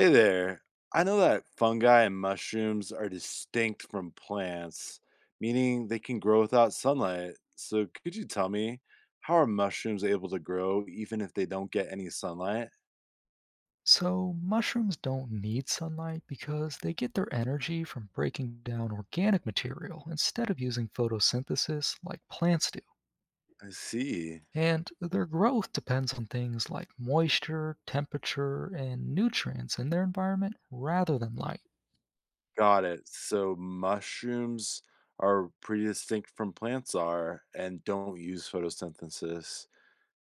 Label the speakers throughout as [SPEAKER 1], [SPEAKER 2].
[SPEAKER 1] Hey there. I know that fungi and mushrooms are distinct from plants, meaning they can grow without sunlight. So, could you tell me, how are mushrooms able to grow even if they don't get any sunlight?
[SPEAKER 2] So, mushrooms don't need sunlight because they get their energy from breaking down organic material instead of using photosynthesis like plants do.
[SPEAKER 1] I see.
[SPEAKER 2] And their growth depends on things like moisture, temperature, and nutrients in their environment rather than light.
[SPEAKER 1] Got it. So, mushrooms are pretty distinct from plants are and don't use photosynthesis.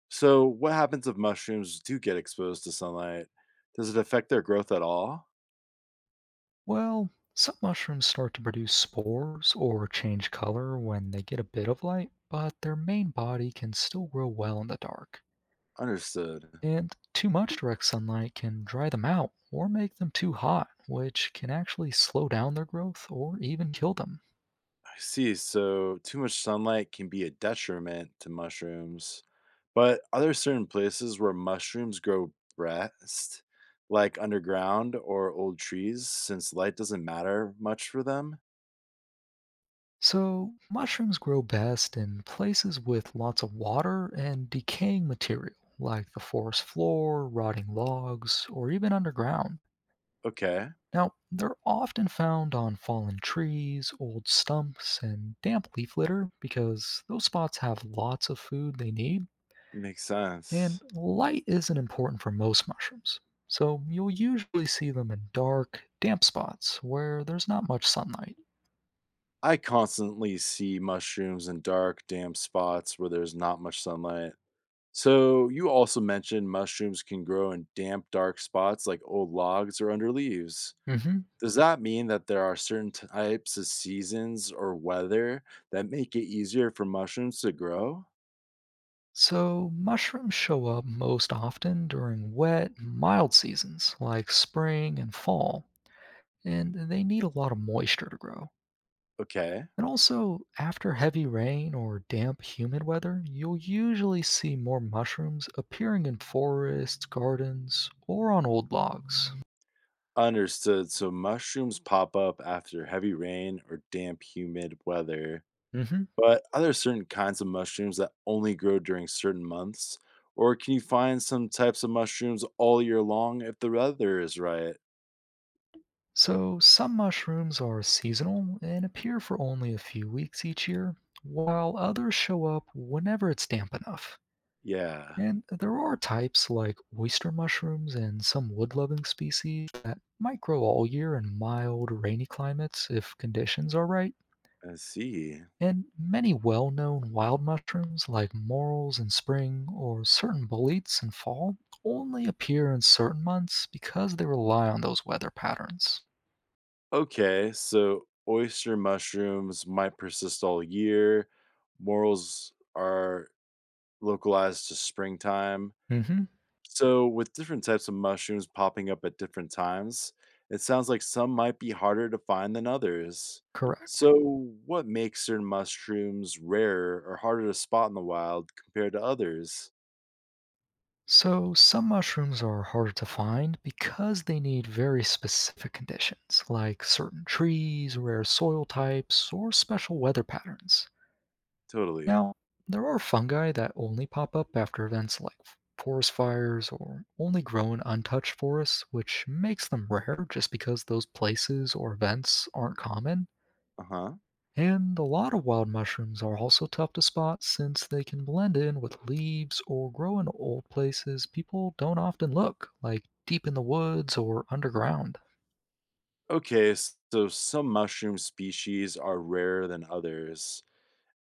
[SPEAKER 1] So, what happens if mushrooms do get exposed to sunlight? Does it affect their growth at all?
[SPEAKER 2] Well, some mushrooms start to produce spores or change color when they get a bit of light, but their main body can still grow well in the dark.
[SPEAKER 1] Understood.
[SPEAKER 2] And too much direct sunlight can dry them out or make them too hot, which can actually slow down their growth or even kill them.
[SPEAKER 1] I see. So, too much sunlight can be a detriment to mushrooms. But are there certain places where mushrooms grow best, like underground or old trees, since light doesn't matter much for them?
[SPEAKER 2] So, mushrooms grow best in places with lots of water and decaying material, like the forest floor, rotting logs, or even underground.
[SPEAKER 1] Okay,
[SPEAKER 2] Now, they're often found on fallen trees, old stumps, and damp leaf litter because those spots have lots of food they need.
[SPEAKER 1] makes
[SPEAKER 2] And
[SPEAKER 1] sense.
[SPEAKER 2] light isn't important for most mushrooms, so you'll usually see them in dark, damp spots where there's not much sunlight.
[SPEAKER 1] I constantly see mushrooms in dark, damp spots where there's not much sunlight. So, you also mentioned mushrooms can grow in damp, dark spots like old logs or under leaves.
[SPEAKER 2] Hmm.
[SPEAKER 1] Does that mean that there are certain types of seasons or weather that make it easier for mushrooms to grow?
[SPEAKER 2] So, mushrooms show up most often during wet, mild seasons like spring and fall, and they need a lot of moisture to grow.
[SPEAKER 1] Okay,
[SPEAKER 2] And also, after heavy rain or damp, humid weather, you'll usually see more mushrooms appearing in forests, gardens, or on old logs.
[SPEAKER 1] understood. So mushrooms pop up after heavy rain or damp, humid weather.
[SPEAKER 2] Hmm.
[SPEAKER 1] But are there certain kinds of mushrooms that only grow during certain months? Or can you find some types of mushrooms all year long if the weather is right?
[SPEAKER 2] So, some mushrooms are seasonal and appear for only a few weeks each year, while others show up whenever it's damp enough.
[SPEAKER 1] Yeah,
[SPEAKER 2] And there are types like oyster mushrooms and some wood loving species that might grow all year in mild, rainy climates if conditions are right.
[SPEAKER 1] I see.
[SPEAKER 2] And many well known wild mushrooms like morels in spring or certain boletes in fall only appear in certain months because they rely on those weather patterns.
[SPEAKER 1] Okay, so oyster mushrooms might persist all year. Morals are localized to springtime.
[SPEAKER 2] Mm hmm.
[SPEAKER 1] So, with different types of mushrooms popping up at different times, it sounds like some might be harder to find than others.
[SPEAKER 2] Correct.
[SPEAKER 1] So, what makes certain mushrooms rarer or harder to spot in the wild compared to others?
[SPEAKER 2] So, some mushrooms are harder to find because they need very specific conditions, like certain trees, rare soil types, or special weather patterns.
[SPEAKER 1] Totally.
[SPEAKER 2] Now, there are fungi that only pop up after events like forest fires or only grow in untouched forests, which makes them rare just because those places or events aren't common.
[SPEAKER 1] Uh huh.
[SPEAKER 2] And a lot of wild mushrooms are also tough to spot since they can blend in with leaves or grow in old places people don't often look, like deep in the woods or underground.
[SPEAKER 1] Okay, so some mushroom species are rarer than others.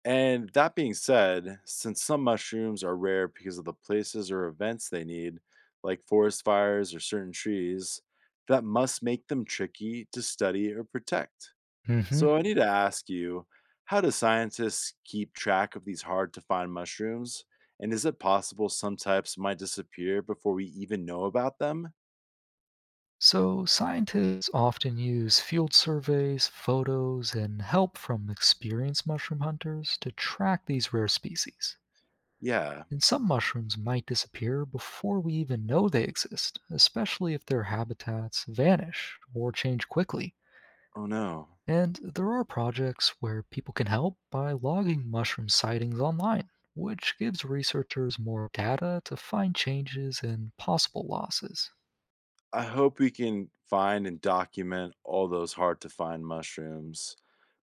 [SPEAKER 1] And that being said, since some mushrooms are rare because of the places or events they need, like forest fires or certain trees, that must make them tricky to study or protect.
[SPEAKER 2] Hmm.
[SPEAKER 1] So I need to ask you, how do scientists keep track of these hard to find mushrooms? And is it possible some types might disappear before we even know about them?
[SPEAKER 2] So, scientists often use field surveys, photos, and help from experienced mushroom hunters to track these rare species.
[SPEAKER 1] Yeah.
[SPEAKER 2] And some mushrooms might disappear before we even know they exist, especially if their habitats vanish or change quickly.
[SPEAKER 1] Oh no.
[SPEAKER 2] And there are projects where people can help by logging mushroom sightings online, which gives researchers more data to find changes and possible losses.
[SPEAKER 1] I hope we can find and document all those hard to find mushrooms.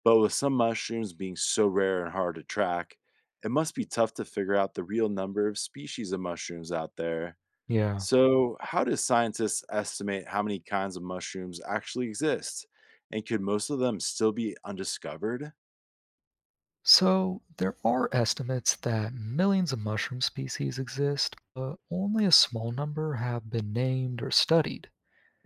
[SPEAKER 1] But with some mushrooms being so rare and hard to track, it must be tough to figure out the real number of species of mushrooms out there.
[SPEAKER 2] Yeah.
[SPEAKER 1] So, how do scientists estimate how many kinds of mushrooms actually exist? And could most of them still be undiscovered?
[SPEAKER 2] So, there are estimates that millions of mushroom species exist, but only a small number have been named or studied.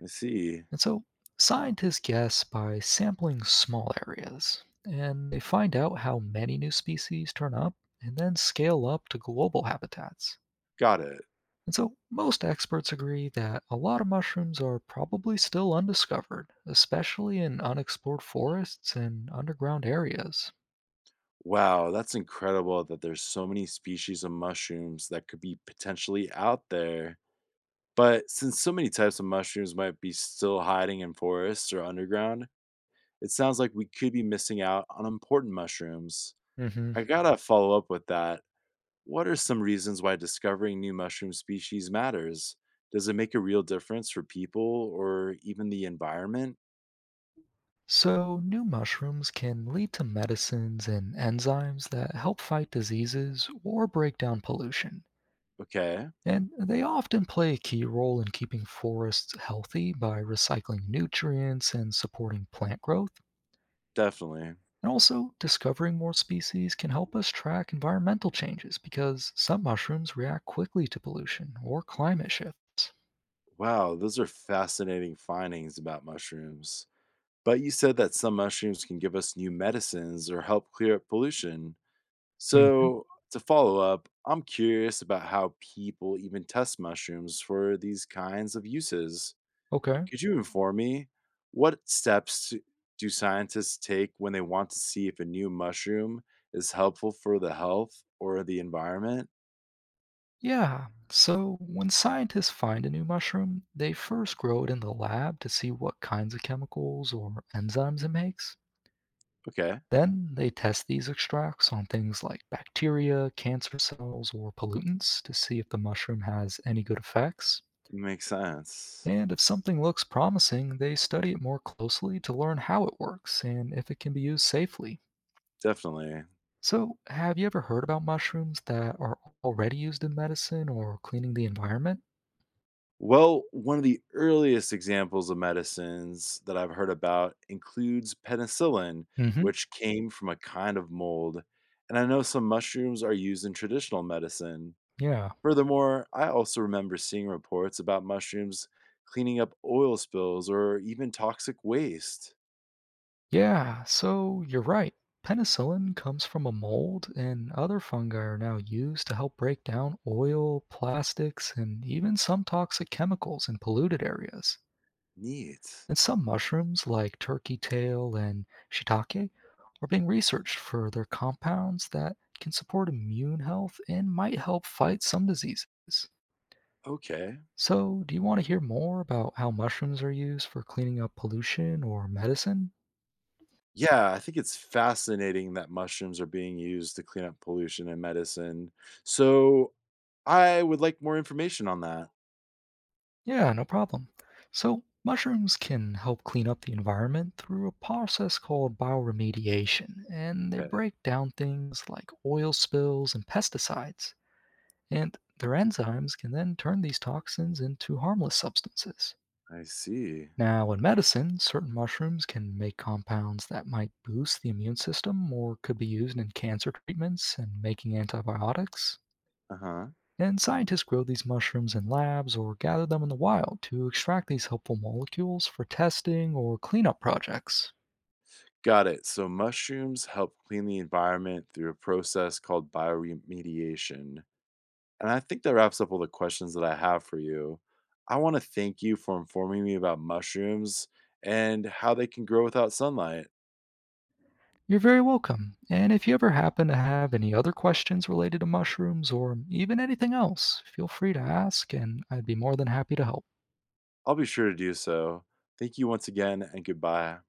[SPEAKER 1] I see.
[SPEAKER 2] And so, scientists guess by sampling small areas, and they find out how many new species turn up and then scale up to global habitats.
[SPEAKER 1] Got it.
[SPEAKER 2] And so, most experts agree that a lot of mushrooms are probably still undiscovered, especially in unexplored forests and underground areas.
[SPEAKER 1] Wow, that's incredible that there's so many species of mushrooms that could be potentially out there. But since so many types of mushrooms might be still hiding in forests or underground, it sounds like we could be missing out on important mushrooms.
[SPEAKER 2] Hmm.
[SPEAKER 1] I gotta follow up with that. What are some reasons why discovering new mushroom species matters? Does it make a real difference for people or even the environment?
[SPEAKER 2] So, new mushrooms can lead to medicines and enzymes that help fight diseases or break down pollution.
[SPEAKER 1] Okay,
[SPEAKER 2] And they often play a key role in keeping forests healthy by recycling nutrients and supporting plant growth.
[SPEAKER 1] definitely.
[SPEAKER 2] And also, discovering more species can help us track environmental changes because some mushrooms react quickly to pollution or climate shifts.
[SPEAKER 1] Wow, those are fascinating findings about mushrooms. But you said that some mushrooms can give us new medicines or help clear up pollution.
[SPEAKER 2] Mhm.
[SPEAKER 1] So, to follow up, I'm curious about how people even test mushrooms for these kinds of uses.
[SPEAKER 2] Okay.
[SPEAKER 1] Could you inform me, what steps do scientists take when they want to see if a new mushroom is helpful for the health or the environment?
[SPEAKER 2] Yeah. So, when scientists find a new mushroom, they first grow it in the lab to see what kinds of chemicals or enzymes it makes.
[SPEAKER 1] Okay,
[SPEAKER 2] Then they test these extracts on things like bacteria, cancer cells, or pollutants to see if the mushroom has any good effects.
[SPEAKER 1] makes sense.
[SPEAKER 2] And if something looks promising, they study it more closely to learn how it works and if it can be used safely.
[SPEAKER 1] Definitely.
[SPEAKER 2] So, have you ever heard about mushrooms that are already used in medicine or cleaning the environment?
[SPEAKER 1] Well, one of the earliest examples of medicines that I've heard about includes penicillin,
[SPEAKER 2] Hmm.
[SPEAKER 1] which came from a kind of mold. And I know some mushrooms are used in traditional medicine.
[SPEAKER 2] Yeah.
[SPEAKER 1] Furthermore, I also remember seeing reports about mushrooms cleaning up oil spills or even toxic waste.
[SPEAKER 2] Yeah, so you're right. Penicillin comes from a mold, and other fungi are now used to help break down oil, plastics, and even some toxic chemicals in polluted areas.
[SPEAKER 1] Neat.
[SPEAKER 2] And some mushrooms, like turkey tail and shiitake, are being researched for their compounds that can support immune health and might help fight some diseases.
[SPEAKER 1] Okay.
[SPEAKER 2] So, do you want to hear more about how mushrooms are used for cleaning up pollution or medicine?
[SPEAKER 1] Yeah, I think it's fascinating that mushrooms are being used to clean up pollution in medicine. So I would like more information on that.
[SPEAKER 2] Yeah, no problem. So, mushrooms can help clean up the environment through a process called bioremediation, and they
[SPEAKER 1] Okay.
[SPEAKER 2] break down things like oil spills and pesticides. And their enzymes can then turn these toxins into harmless substances.
[SPEAKER 1] I see.
[SPEAKER 2] Now, in medicine, certain mushrooms can make compounds that might boost the immune system or could be used in cancer treatments and making antibiotics.
[SPEAKER 1] Uh huh.
[SPEAKER 2] And scientists grow these mushrooms in labs or gather them in the wild to extract these helpful molecules for testing or cleanup projects.
[SPEAKER 1] Got it. So mushrooms help clean the environment through a process called bioremediation. And I think that wraps up all the questions that I have for you. I want to thank you for informing me about mushrooms and how they can grow without sunlight.
[SPEAKER 2] You're very welcome. And if you ever happen to have any other questions related to mushrooms or even anything else, feel free to ask, and I'd be more than happy to help.
[SPEAKER 1] I'll be sure to do so. Thank you once again, and goodbye.